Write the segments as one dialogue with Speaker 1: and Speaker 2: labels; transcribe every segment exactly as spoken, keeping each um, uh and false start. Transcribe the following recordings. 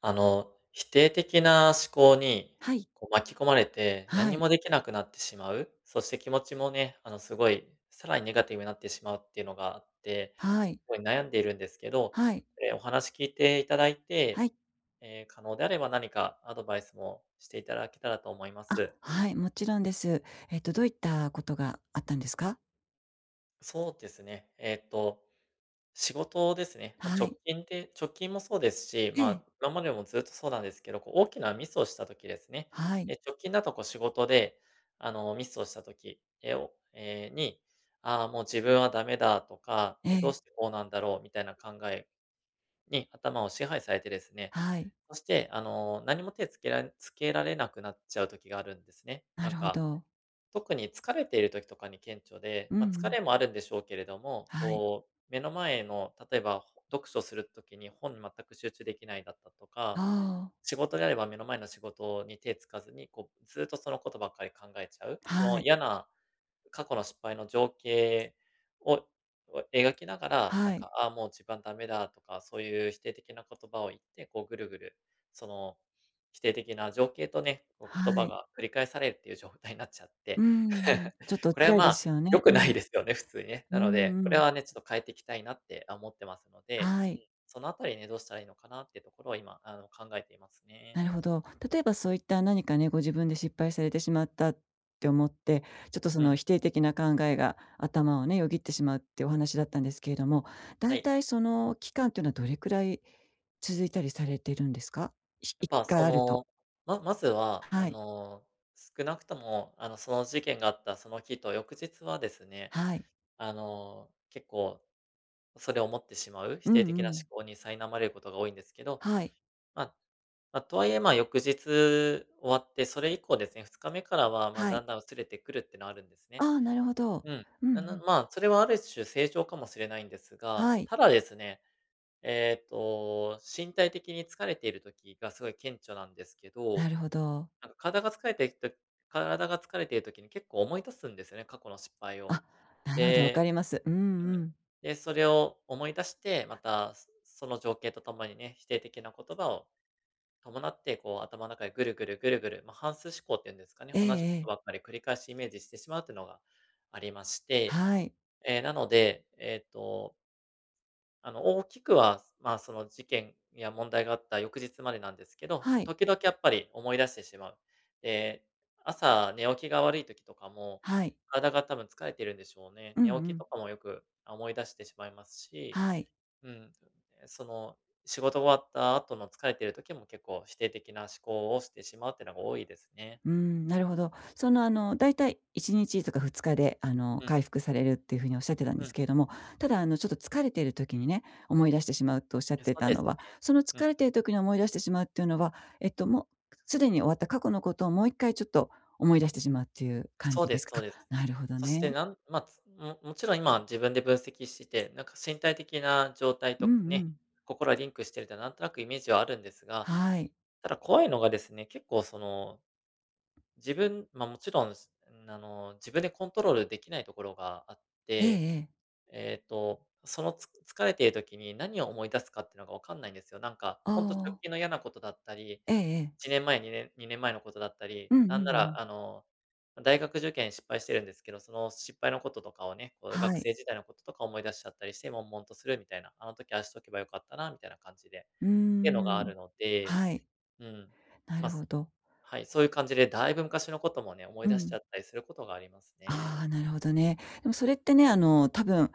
Speaker 1: あの、否定的な思考に、
Speaker 2: はい。
Speaker 1: こう、巻き込まれて、
Speaker 2: は
Speaker 1: 何
Speaker 2: い。
Speaker 1: もできなくなってしまう、そして気持ちもね、あの、すごい、さらにネガティブになってしまうっていうのがあって、す
Speaker 2: はい。
Speaker 1: ごい悩んでいるんですけど、
Speaker 2: はい。
Speaker 1: え、お話聞いていただい
Speaker 2: は
Speaker 1: て、
Speaker 2: い。
Speaker 1: え、可能であれば何かアドバイスもしていただけたらと思いま
Speaker 2: あ、
Speaker 1: す。
Speaker 2: はい、もちろんです。えっと、どういったことがあったんですか？
Speaker 1: そうですね。えっと仕事ですね。まあ、
Speaker 2: はい。
Speaker 1: 直近で直近もそうですし、
Speaker 2: え
Speaker 1: ま
Speaker 2: え。
Speaker 1: あ、今までもずっとそうなんですけど、こう大きなミスをした時ですね。
Speaker 2: はい。
Speaker 1: え、直近だとこう仕事で、あの、ミスをした時、えをえ、に、ああ、もう自分はダメだとか、
Speaker 2: え
Speaker 1: え、どう
Speaker 2: え。
Speaker 1: してこうなんだろうみたいな考えに頭を支配されてですね、
Speaker 2: はい。
Speaker 1: そして、あの、何も手つけられつけられなくなっちゃう時があるんですね。
Speaker 2: な
Speaker 1: なん
Speaker 2: るほ
Speaker 1: か
Speaker 2: ど。
Speaker 1: 特に疲れている時とかに顕著で、
Speaker 2: うんう
Speaker 1: まあ、疲
Speaker 2: ん。
Speaker 1: れもあるんでしょうけれども、
Speaker 2: はい。
Speaker 1: こう、目の前の例えば、ほ読書する時に本に全く集中できないだったと
Speaker 2: あ
Speaker 1: か、
Speaker 2: あ。
Speaker 1: 仕事であれば目の前の仕事に手つかずに、こう、ずっとそのことばっかり考えちゃう、そ
Speaker 2: は
Speaker 1: の
Speaker 2: い。
Speaker 1: 嫌な過去の失敗の情景をを描きながら、なん
Speaker 2: はい。
Speaker 1: か、ああ、もう自分はダメだとか、そういう否定的な言葉を言って、こうぐるぐる、その否定的な情景とね、こう言
Speaker 2: は
Speaker 1: 葉
Speaker 2: い。
Speaker 1: が繰り返されるっていう状態になっちゃっ
Speaker 2: う
Speaker 1: て、
Speaker 2: ーん。ちょっと
Speaker 1: これは、
Speaker 2: 辛い
Speaker 1: ま
Speaker 2: で
Speaker 1: あ、
Speaker 2: すよね。
Speaker 1: 良く
Speaker 2: う
Speaker 1: な
Speaker 2: ん。
Speaker 1: いですよね、普通にね。な
Speaker 2: う
Speaker 1: の
Speaker 2: ん
Speaker 1: で、
Speaker 2: う
Speaker 1: これ
Speaker 2: ん。
Speaker 1: はね、ちょっと変えていきたいなってあ思ってますので、
Speaker 2: は
Speaker 1: う
Speaker 2: い。
Speaker 1: ん、そのあたりね、どうしたらいいのかなっていうところを今、あの、考えていますね。
Speaker 2: なるほど。例えばそういった何かね、ご自分で失敗されてしまったって思って、ちょっとそ
Speaker 1: う
Speaker 2: の
Speaker 1: ん、
Speaker 2: 否定的な考えが頭をね、よぎってしまうってお話だったんですけれども、だ
Speaker 1: は
Speaker 2: い
Speaker 1: い。
Speaker 2: たいその期間っていうのはどれくらい続いたりされてるんですか？ひ
Speaker 1: やっ
Speaker 2: 一
Speaker 1: ぱ
Speaker 2: 回
Speaker 1: そ
Speaker 2: あると。
Speaker 1: の、ままずは、あ
Speaker 2: はい。
Speaker 1: の、少なくとも、あの、その事件があったその日と翌日はですね、
Speaker 2: はい。
Speaker 1: あの、結構それを持ってしまう、否
Speaker 2: う
Speaker 1: 定的
Speaker 2: ん
Speaker 1: な
Speaker 2: う
Speaker 1: 思
Speaker 2: ん。
Speaker 1: 考に苛まれることが多いんですけど、
Speaker 2: はい。
Speaker 1: まあま、とはいえ、ま、翌日終わって、それ以降ですね、ふつかめからは、ま、
Speaker 2: は
Speaker 1: だ
Speaker 2: い。
Speaker 1: んだん薄れてくるってのはあるんです
Speaker 2: あ
Speaker 1: ね。
Speaker 2: あ、なるほど。
Speaker 1: うん。
Speaker 2: うんう
Speaker 1: なな
Speaker 2: ん。
Speaker 1: まあ、それはある種正常かもしれないんですが、
Speaker 2: はい。
Speaker 1: ただですね、えっと、身体的に疲れている時がすごい顕著なんですけ
Speaker 2: な
Speaker 1: ど、
Speaker 2: るほど。
Speaker 1: なんか体が疲れてると体が疲れている時に結構思い出すんですよね、過去の失敗を。
Speaker 2: あ、なるほど、わか
Speaker 1: で、
Speaker 2: ります。うんう
Speaker 1: うん。
Speaker 2: ん。
Speaker 1: で、それを思い出して、また、そその情景とともにね、否定的な言葉を伴って、こう頭の中でぐるぐるぐるぐる、ま、反数思考っていうんですかね、
Speaker 2: ええ
Speaker 1: 同じこと
Speaker 2: え
Speaker 1: ばっ
Speaker 2: え。
Speaker 1: かり繰り返しイメージしてしまうっていうのがありまして、
Speaker 2: はい。
Speaker 1: ええ、なので、えっとあの、大きくは、まあ、その事件や問題があった翌日までなんですけど、
Speaker 2: はい。
Speaker 1: 時々やっぱり思い出してしまう。で、朝寝起きが悪い時とかも、
Speaker 2: はい。
Speaker 1: 体が多分疲れてるんでしょうね。
Speaker 2: うんう
Speaker 1: 寝起き
Speaker 2: ん。
Speaker 1: とかもよく思い出してしまいますし、
Speaker 2: はい。
Speaker 1: うん、その、仕事終わった後の疲れてる時も結構否定的な思考をしてしまうっていうのが多いですね。
Speaker 2: うん、なるほど。その、あの、だいたいいちにちとかふつかで、あの、
Speaker 1: うん、
Speaker 2: 回復されるっていうふうにおっしゃってたんで
Speaker 1: う
Speaker 2: す
Speaker 1: ん、
Speaker 2: けれども、ただ、あの、ちょっと疲れている時にね、思い出してしまうとおっしゃって
Speaker 1: そう
Speaker 2: た
Speaker 1: で
Speaker 2: の
Speaker 1: す
Speaker 2: は、
Speaker 1: ね。
Speaker 2: その疲れている時に思い出してしまうっていうのは、えっと、もうすでに終わった過去のことをもういっかいちょっと思い出してしまうっていう感
Speaker 1: そう
Speaker 2: じで
Speaker 1: で
Speaker 2: す
Speaker 1: すそ
Speaker 2: か？
Speaker 1: う で
Speaker 2: あ、
Speaker 1: す。
Speaker 2: なるほど
Speaker 1: そして
Speaker 2: ね。
Speaker 1: なん、まあ、つももちろん今自分で分析して、なんか身体的な状態
Speaker 2: うん
Speaker 1: と
Speaker 2: う
Speaker 1: ね、
Speaker 2: ん。
Speaker 1: 心はリンクしてるってなんとなくイメージはあるんですが、
Speaker 2: はい。
Speaker 1: ただ怖いのがですね、結構その、自分ま、もちろん、ん、あの、自分でコントロールできないところがあっ
Speaker 2: ええ
Speaker 1: て、
Speaker 2: ええ。
Speaker 1: えっと、そのつ疲れている時に何を思い出すかってのがわかんないんですよ。なんか、
Speaker 2: あ
Speaker 1: ほんと直
Speaker 2: あ。
Speaker 1: 近の嫌なことだったり、
Speaker 2: ええええ。
Speaker 1: いちねんまえ、2年2年前のことだったり、
Speaker 2: うんうんう
Speaker 1: なんな
Speaker 2: ん。
Speaker 1: ら、あの、大学受験失敗してるんですけど、その失敗のこととかをね、こう
Speaker 2: は
Speaker 1: 学
Speaker 2: い。
Speaker 1: 生時代のこととか思い出しちゃったりして、悶々とするみたいな、あの時ああしとけばよかったなみたいな感じで、
Speaker 2: うー
Speaker 1: っていうのがあ
Speaker 2: ん。
Speaker 1: るので、
Speaker 2: はい。
Speaker 1: うん、
Speaker 2: な
Speaker 1: ま、
Speaker 2: るほ
Speaker 1: す
Speaker 2: ど。
Speaker 1: はい、そういう感じでだいぶ昔のこともね、思
Speaker 2: う
Speaker 1: い出しち
Speaker 2: ん。
Speaker 1: ゃったりすることがありますね。
Speaker 2: ああ、なるほどね。でもそれってね、あの、多分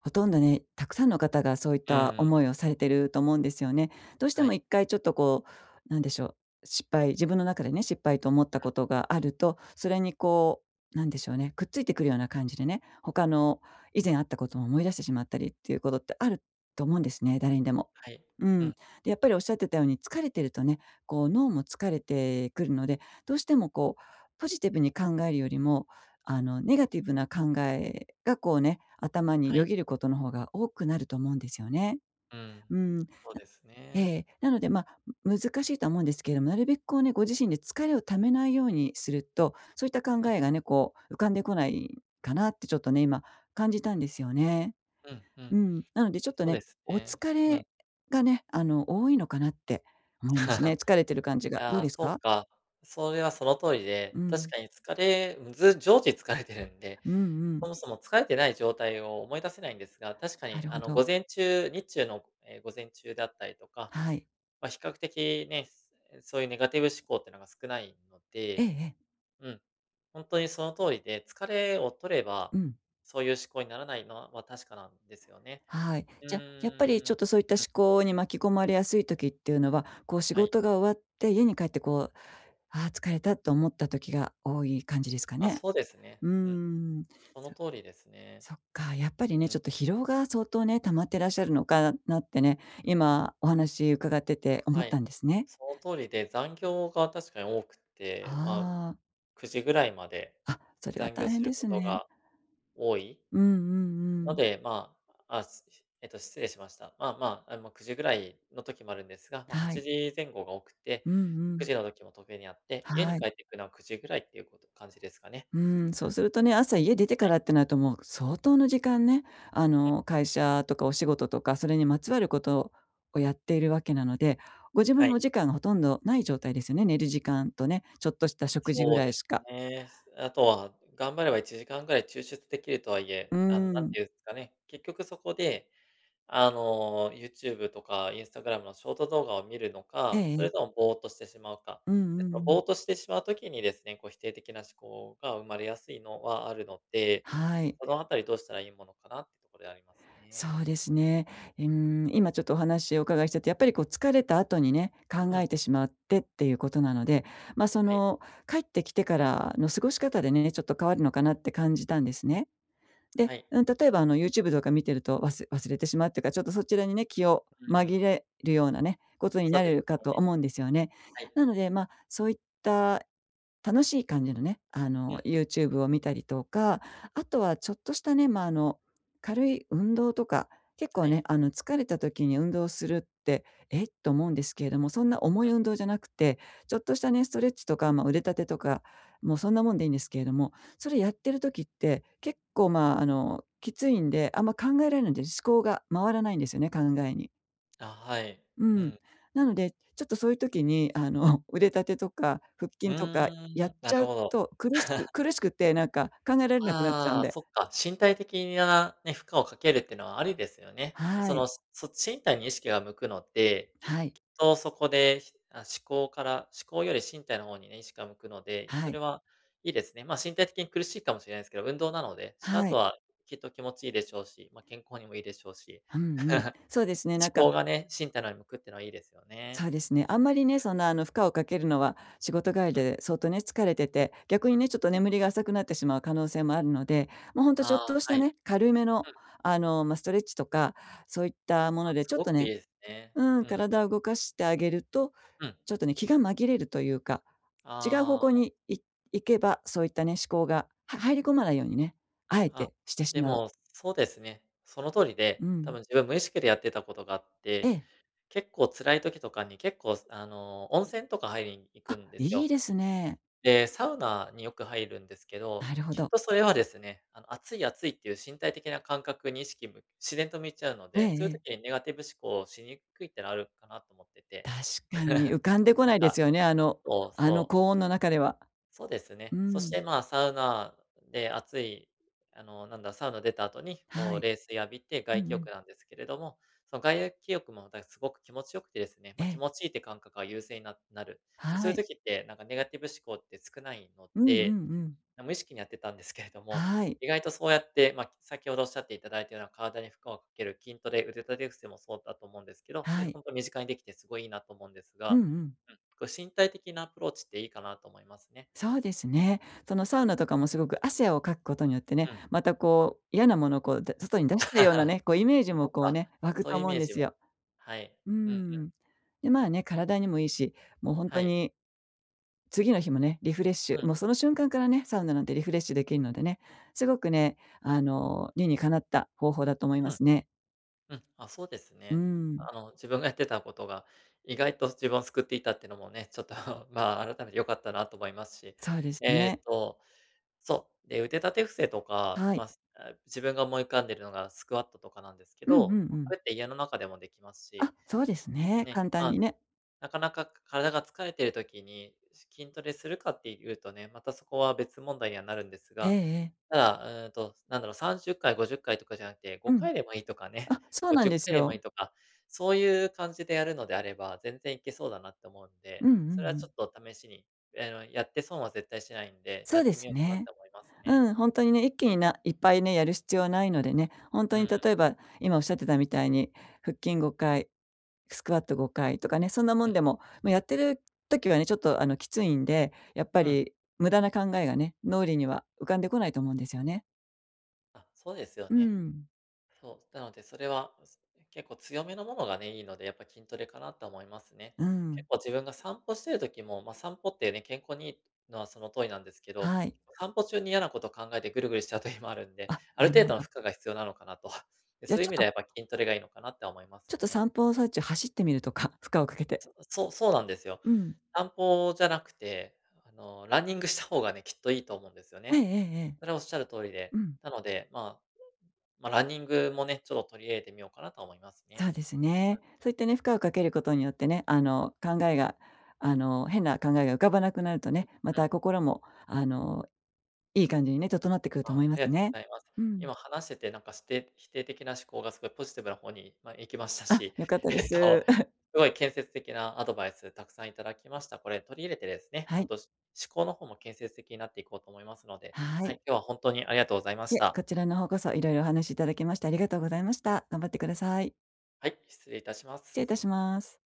Speaker 2: ほとんどね、たくさんの方がそういっ
Speaker 1: う
Speaker 2: た
Speaker 1: ん、
Speaker 2: 思いをされてると思うんですよね。どうして
Speaker 1: は
Speaker 2: も
Speaker 1: い、
Speaker 2: 一回ちょっとこう、なんでしょう、失敗自分の中でね、失敗と思ったことがあると、それにこう、なんでしょうね、くっついてくるような感じでね、他の以前あったことを思い出してしまったりっていうことってあると思うんですね、誰にでも。
Speaker 1: はい、
Speaker 2: う
Speaker 1: う
Speaker 2: ん。
Speaker 1: ん、
Speaker 2: で、やっぱりおっしゃってたように疲れてるとね、こう脳も疲れてくるので、どうしてもこうポジティブに考えるよりも、あの、ネガティブな考えがこうね、頭に
Speaker 1: は
Speaker 2: よ
Speaker 1: い。
Speaker 2: ぎることの方が多くなると思うんですよね。
Speaker 1: うん。
Speaker 2: うん。
Speaker 1: そう
Speaker 2: な
Speaker 1: です
Speaker 2: え
Speaker 1: ね。
Speaker 2: え、なので、まあ、難しいとは思うんですけれども、なるべくこうね、ご自身で疲れをためないようにすると、そういった考
Speaker 1: う
Speaker 2: えがね、こう浮かんでこないかなってちょっとね、今感じたんですよね。
Speaker 1: んうんう
Speaker 2: う
Speaker 1: ん。
Speaker 2: ん。なのでちょっと
Speaker 1: そうで
Speaker 2: ね、
Speaker 1: す
Speaker 2: お
Speaker 1: ね。
Speaker 2: 疲
Speaker 1: うん。
Speaker 2: れがね、あの、多いのかなって思いますね。疲れてる感じが。
Speaker 1: いや
Speaker 2: どう
Speaker 1: ー、
Speaker 2: です
Speaker 1: そ
Speaker 2: か？
Speaker 1: うか。それはその通り
Speaker 2: う
Speaker 1: で、確
Speaker 2: ん。
Speaker 1: かに疲れず常時疲れてるんで、
Speaker 2: うんうん。
Speaker 1: そもそも疲れてない状態を思い出せないんですが、確か
Speaker 2: な
Speaker 1: に
Speaker 2: る
Speaker 1: あ
Speaker 2: ほ
Speaker 1: の、
Speaker 2: ど。
Speaker 1: 午前中日中の、え、午前中だったりとか、
Speaker 2: はい。
Speaker 1: まあ、比較的ね、そういうネガティブ思考っていうのが少ないの
Speaker 2: ええ
Speaker 1: で、
Speaker 2: ええ。
Speaker 1: うん、本当にその通りで、疲れを取れば、
Speaker 2: うん。
Speaker 1: そういう思考にならないのは確かなんですよね。
Speaker 2: はい。
Speaker 1: う
Speaker 2: じゃ、あやっぱ
Speaker 1: ー
Speaker 2: りち
Speaker 1: ん。う
Speaker 2: ょ
Speaker 1: ん。
Speaker 2: っとそういった思考に巻き込まれやすい時っていうのは、こう仕
Speaker 1: はい。
Speaker 2: 事が終わって家に帰ってこう、ああ疲れたと思った時が多い感じですか
Speaker 1: あ、
Speaker 2: ね？
Speaker 1: そうですね。
Speaker 2: うー
Speaker 1: うん。
Speaker 2: ん。
Speaker 1: その
Speaker 2: そ
Speaker 1: 通りですね。
Speaker 2: そっか、やっぱ
Speaker 1: う
Speaker 2: り
Speaker 1: ん、
Speaker 2: ね、
Speaker 1: う
Speaker 2: ち
Speaker 1: ん。
Speaker 2: ょっと疲労が相当ね、溜まってらっしゃるのかなってね、今お話伺ってて思っ
Speaker 1: は
Speaker 2: た
Speaker 1: い。
Speaker 2: んですね。
Speaker 1: その通りで、残業が確かに多くて、まあ、
Speaker 2: あ
Speaker 1: くじぐらいまで
Speaker 2: あ、あ、それは
Speaker 1: 残
Speaker 2: 大
Speaker 1: 業
Speaker 2: 変
Speaker 1: す
Speaker 2: で
Speaker 1: る
Speaker 2: す
Speaker 1: こと
Speaker 2: ね。
Speaker 1: が多い
Speaker 2: うんうんう
Speaker 1: の
Speaker 2: ん。
Speaker 1: で、まあ、あ、すえっと、失礼しました。まあまあ、あの、くじぐらいの時もあるんですが、まあ、
Speaker 2: は
Speaker 1: 8
Speaker 2: い。
Speaker 1: 時前後が多くて、
Speaker 2: うんう
Speaker 1: 9
Speaker 2: ん。
Speaker 1: 時の時も時計にあって、家に
Speaker 2: はい。
Speaker 1: 帰ってくるのはくじぐらいっていうこと感じですかね。
Speaker 2: うん、そうするとね、朝家出て
Speaker 1: は
Speaker 2: か
Speaker 1: い。
Speaker 2: らってなるともう相当の時間ね、あ
Speaker 1: うん。
Speaker 2: の、会社とかお仕事とか、それにまつわることをやっているわけなので、ご自
Speaker 1: は
Speaker 2: 分のお
Speaker 1: い。
Speaker 2: 時間がほとんどない状態ですよね。寝る時間とね、ちょっとした食事ぐ
Speaker 1: そう
Speaker 2: らい
Speaker 1: です
Speaker 2: しか。
Speaker 1: ね。あとは、頑張ればいちじかんぐらい抽出できるとはい
Speaker 2: う
Speaker 1: え、あの、なん
Speaker 2: ん。
Speaker 1: ていうんですかね、結局そこで、あの、ユーチューブ とか インスタグラム のショート動画を見るの
Speaker 2: ええ
Speaker 1: か、
Speaker 2: え
Speaker 1: それ
Speaker 2: え。
Speaker 1: ともぼーっとしてしまうか。
Speaker 2: うん
Speaker 1: で、
Speaker 2: うんう
Speaker 1: そのぼ
Speaker 2: ん。
Speaker 1: ーっとしてしまうときにですね、こう否定的な思考が生まれやすいのはあるので、
Speaker 2: はい。
Speaker 1: そのあたりどうしたらいいものかなってところであります
Speaker 2: そ
Speaker 1: ね。
Speaker 2: うですね。うん、今ちょっとお話をお伺いしてて、やっぱりこう疲れた後にね、考
Speaker 1: う
Speaker 2: え
Speaker 1: ん、
Speaker 2: てしまってっていうことなので、ま、そ
Speaker 1: はい。
Speaker 2: の、帰ってきてからの過ごし方でね、ちょっと変わるのかなって感じたんです
Speaker 1: うん、
Speaker 2: ね。で、
Speaker 1: はい。
Speaker 2: うん、例えばあの YouTube とか見てると忘忘れてしまうっていうか、ちょっとそちらにね、気を
Speaker 1: う
Speaker 2: 紛
Speaker 1: ん、
Speaker 2: れるようなね、ことに
Speaker 1: そ
Speaker 2: な
Speaker 1: うで
Speaker 2: れ
Speaker 1: す
Speaker 2: るかと
Speaker 1: ね。
Speaker 2: 思うんですよね。
Speaker 1: はい。
Speaker 2: なので、まあ、そういった楽しい感じのね、あ
Speaker 1: う
Speaker 2: の、
Speaker 1: ん、
Speaker 2: YouTube を見たりとか、あとはちょっとしたね、まあ、あの、軽い運動とか、結構
Speaker 1: はい。
Speaker 2: ね、あの、疲れた時に運動するって、えっと思うんですけれども、そんな重
Speaker 1: う
Speaker 2: い
Speaker 1: ん。
Speaker 2: 運動じゃなくて、ちょっとしたね、ストレッチとか、まあ、腕立てとか、もうそんなもんでいいんですけれども、それやってる時って、結構、まあ、あの、きついんで、あんま考えられないんで、思考が回らないんですよね、考えに。
Speaker 1: あ、はい。
Speaker 2: う
Speaker 1: う
Speaker 2: ん。
Speaker 1: ん。
Speaker 2: なので、ちょっとそういう時に、あの、腕立てとか腹
Speaker 1: う
Speaker 2: 筋
Speaker 1: ー
Speaker 2: とかやっ
Speaker 1: ん、な
Speaker 2: ちゃ
Speaker 1: る
Speaker 2: う
Speaker 1: ほど。
Speaker 2: と、苦しく苦 しくて、なんか考えられなくなっちゃうん
Speaker 1: ああ、
Speaker 2: で。
Speaker 1: そっか、身体的なね、負荷をかけるってのはありですよね。
Speaker 2: は
Speaker 1: そ
Speaker 2: い。
Speaker 1: の、そ身体に意識が向くので、
Speaker 2: はい。
Speaker 1: と、そこで、ひあ、思考から思考より身体の方にね、意識が向くので、
Speaker 2: は
Speaker 1: そ
Speaker 2: い。
Speaker 1: れはいいですね。まあ、身体的に苦しいかもしれないですけど、運動なので、した
Speaker 2: は
Speaker 1: 後
Speaker 2: い。
Speaker 1: はきっと気持ちいいでしょうし、まあ、健康にもいいでしょうし。
Speaker 2: うんうん。そうですね、なんか、
Speaker 1: 思考がね、身体の方に向くってのはいいですよ
Speaker 2: そ
Speaker 1: ね。
Speaker 2: うですね、あんまりね、そんな、あの、負荷をかけるのは仕事帰り
Speaker 1: うん。
Speaker 2: で相当ね、疲れてて、逆にね、ちょっと眠りが浅くなってしまう可能性もあるので、もうほんとちょっ
Speaker 1: ああ、
Speaker 2: とした
Speaker 1: はい。
Speaker 2: ね、軽めの、
Speaker 1: うん。
Speaker 2: あの、まあ、ストレッチとか、そういったもの
Speaker 1: あ、
Speaker 2: で
Speaker 1: す
Speaker 2: ちょっ
Speaker 1: ご
Speaker 2: と
Speaker 1: くいい
Speaker 2: ね、
Speaker 1: ですね。
Speaker 2: うん、
Speaker 1: うん、
Speaker 2: 体を動かしてあげると
Speaker 1: うん。
Speaker 2: ちょっとね、気が紛れるというか、違う方
Speaker 1: あ
Speaker 2: 向
Speaker 1: あ。
Speaker 2: にい行けば、そういったね、思考が、は入り込まないようにね、あえ
Speaker 1: あ、
Speaker 2: てしてし
Speaker 1: で
Speaker 2: まう。
Speaker 1: も、そうですね。その通り
Speaker 2: う
Speaker 1: で、多
Speaker 2: ん。
Speaker 1: 分自分無意識でやってたことがあっ
Speaker 2: え
Speaker 1: て、
Speaker 2: え。
Speaker 1: 結構辛い時とかに結構、あの、温泉とか入りに行く
Speaker 2: あ、
Speaker 1: んです
Speaker 2: いい
Speaker 1: よ。
Speaker 2: ですね。
Speaker 1: で、サウナによく入るんですけど、
Speaker 2: なるほ
Speaker 1: きっ
Speaker 2: ど。
Speaker 1: とそれはですね、あの、暑い暑いっていう身体的な感覚に意識む自然と向いちゃうの
Speaker 2: ええ
Speaker 1: で、そういう
Speaker 2: ええ。
Speaker 1: 時にネガティブ思考をしにくいってのあるかなと思ってて、
Speaker 2: 確かに浮かんでこないで
Speaker 1: あ、
Speaker 2: すよね、あの
Speaker 1: そう
Speaker 2: あの
Speaker 1: そう。
Speaker 2: 高音の中では。
Speaker 1: そうです
Speaker 2: う
Speaker 1: ね。そし
Speaker 2: ん。
Speaker 1: て、まあ、サウナで暑い、あの、なんだ、サウナ出た後に、こ
Speaker 2: は
Speaker 1: う、
Speaker 2: い。
Speaker 1: 冷水浴びて
Speaker 2: うん
Speaker 1: 外気
Speaker 2: うん。
Speaker 1: 浴なんですけれども、その外気浴もまたすごく気持ちよくてですね、
Speaker 2: え
Speaker 1: まあ、気
Speaker 2: え。
Speaker 1: 持ちいいって感覚が優勢にななる。で、そ
Speaker 2: は
Speaker 1: ういう
Speaker 2: い。
Speaker 1: 時って、なんかネガティブ思考って少ないの
Speaker 2: うんうんう
Speaker 1: で、
Speaker 2: ん。
Speaker 1: 無意識にやってたんですけれども、
Speaker 2: はい。
Speaker 1: 意外とそうやって、ま、あ先ほどおっしゃっていただいたような体に負荷をかける筋トレ、腕立て伏せもそうだと思うんですけど、そ
Speaker 2: は
Speaker 1: れ
Speaker 2: い。
Speaker 1: 本当に身近にできてすごいいいなと思うんです
Speaker 2: うん
Speaker 1: が、
Speaker 2: うん。
Speaker 1: うん、こう身体的なアプローチっていいかなと思いますね。
Speaker 2: そうですね。そのサウナとかもすごく汗をかくことによってね、
Speaker 1: うん。
Speaker 2: またこう嫌なものをこう、外に出したような ね、こうイメージも
Speaker 1: そっ
Speaker 2: こう
Speaker 1: か、
Speaker 2: ね、湧く
Speaker 1: そう
Speaker 2: と
Speaker 1: いうイ
Speaker 2: 思う
Speaker 1: メ
Speaker 2: ん
Speaker 1: ー
Speaker 2: で
Speaker 1: ジ
Speaker 2: す
Speaker 1: も。
Speaker 2: よ。
Speaker 1: はい。
Speaker 2: う
Speaker 1: うん、
Speaker 2: ん。で、まあ
Speaker 1: あ、
Speaker 2: ね、体にもいいし、もう本
Speaker 1: は
Speaker 2: 当
Speaker 1: い。
Speaker 2: に次の日もね、リフレッシ
Speaker 1: う
Speaker 2: ュ、
Speaker 1: ん
Speaker 2: もうその瞬間からね、サウナなんてリフレッシュできるのでね、すごくね、あの、理にかなった方法だと思いま
Speaker 1: うん、
Speaker 2: すね。
Speaker 1: うん。あ、そうです
Speaker 2: う
Speaker 1: ね。
Speaker 2: ん、
Speaker 1: あの、自分がやってたことが、意外と自分を救っていたっていうのもね、ちょっと、まあ、改めて良かったなと思いますし。
Speaker 2: そうです
Speaker 1: えーっ
Speaker 2: ね。
Speaker 1: と、そう、で、腕立て伏せとか、
Speaker 2: は
Speaker 1: ま
Speaker 2: い。
Speaker 1: あ、すあ、自分が思い浮かんでるのがスクワットとかなんですけ
Speaker 2: うんうん
Speaker 1: ど、
Speaker 2: う
Speaker 1: ま
Speaker 2: ん。
Speaker 1: これって家の中でもできます
Speaker 2: あ、
Speaker 1: し、
Speaker 2: そうですね、
Speaker 1: ね、
Speaker 2: 簡単
Speaker 1: あ、
Speaker 2: にね。
Speaker 1: なかなか体が疲れている時に、筋トレするかっていうとね、またそこは別問題にはなるんです
Speaker 2: ええ
Speaker 1: が、
Speaker 2: ええ。
Speaker 1: ただ、うーんと、なんだろう、さんじゅっかい、ごじゅっかいとかじゃなくて、
Speaker 2: うん。
Speaker 1: ごかいでもいいとかね、
Speaker 2: あ、そうなん
Speaker 1: 50
Speaker 2: です
Speaker 1: 回でも
Speaker 2: よ。
Speaker 1: いいとか、そういう感じでやるのであれば、全然いけそうだなって思うん
Speaker 2: う
Speaker 1: で、
Speaker 2: んうんう
Speaker 1: それはち
Speaker 2: ん。
Speaker 1: ょっと試しに、あの、やって損は絶対しないんで、
Speaker 2: そ
Speaker 1: や
Speaker 2: う
Speaker 1: っ
Speaker 2: で
Speaker 1: てみ
Speaker 2: す
Speaker 1: ようかなっ
Speaker 2: ね。
Speaker 1: て思いますね。
Speaker 2: うん、本当にね、一気にないっぱいね、やる必要はないのでね、本当
Speaker 1: う
Speaker 2: に
Speaker 1: ん、
Speaker 2: 例えば、今おっしゃってたみたいに、腹筋ごかい、スクワットごかいとかね、そんなも
Speaker 1: う
Speaker 2: ん
Speaker 1: ん、
Speaker 2: でも、ま、やってる時はね、ちょっとあの、きついんで、やっぱ
Speaker 1: うん。
Speaker 2: り無駄な考えがね、脳裏には浮かんでこないと思うんですよね。
Speaker 1: あ、そうですよ
Speaker 2: う
Speaker 1: ね。
Speaker 2: ん。
Speaker 1: そう、なのでそれは、す結構強めのものがね、いいので、やっぱ筋トレかなと思いますね。
Speaker 2: う
Speaker 1: 結
Speaker 2: ん。
Speaker 1: 構自分が散歩してる時も、ま、散歩ってね、健康にいいのはその通りなんですけど、
Speaker 2: はい。
Speaker 1: 散歩中に嫌なことを考えてぐるぐるしちゃう時もあるんで、
Speaker 2: あ、
Speaker 1: ある
Speaker 2: なる
Speaker 1: 程
Speaker 2: ほ
Speaker 1: 度の
Speaker 2: ど。
Speaker 1: 負荷が必要なのかなと。で、
Speaker 2: じゃあ
Speaker 1: そうい
Speaker 2: ち
Speaker 1: う意
Speaker 2: ょっ
Speaker 1: 味ではやっ
Speaker 2: と
Speaker 1: ぱ筋トレがいいのかなって思いま
Speaker 2: ち
Speaker 1: す
Speaker 2: ょっと
Speaker 1: ね。
Speaker 2: 散歩の最中走ってみるとか、負荷をかけて。
Speaker 1: そう、そうなんですよ。
Speaker 2: うん。
Speaker 1: 散歩じゃなくて、あの、ランニングした方がね、きっといいと思うんですよ
Speaker 2: えええ
Speaker 1: ね。
Speaker 2: えええ。
Speaker 1: それはおっしゃる通り
Speaker 2: う
Speaker 1: で、
Speaker 2: ん。
Speaker 1: なので、まあ、まあ、ランニングもね、ちょっと取り入れてみようかなと思います
Speaker 2: そ
Speaker 1: ね。
Speaker 2: うですね。そういったね、負荷をかけることによってね、あの、考えが、あの、変な考えが浮かばなくなるとね、ま
Speaker 1: うん。
Speaker 2: た心も、あの、いい感じにね、整ってくると
Speaker 1: あ、
Speaker 2: 思
Speaker 1: あ
Speaker 2: いま
Speaker 1: り
Speaker 2: す
Speaker 1: がとう
Speaker 2: ね。
Speaker 1: ございます。
Speaker 2: うん。
Speaker 1: 今話してて、なんか、して否定的な思考がすごいポジティブな方に、ま、行きました
Speaker 2: あ、
Speaker 1: し、
Speaker 2: 良かったで
Speaker 1: えっ
Speaker 2: す。
Speaker 1: と、すごい建設的なアドバイスたくさんいただきました。これ取り入れてですね、
Speaker 2: は
Speaker 1: ほん
Speaker 2: い。
Speaker 1: と、思考の方も建設的になっていこうと思いますので、
Speaker 2: は
Speaker 1: はい、
Speaker 2: い。
Speaker 1: 今日は本当にありがとうございま
Speaker 2: い
Speaker 1: し
Speaker 2: え、こ
Speaker 1: た。
Speaker 2: ちらの方こそいろいろお話しいただきましてありがとうございました。頑張ってください。
Speaker 1: はい、失礼いたしま
Speaker 2: 失礼い
Speaker 1: す。
Speaker 2: たします。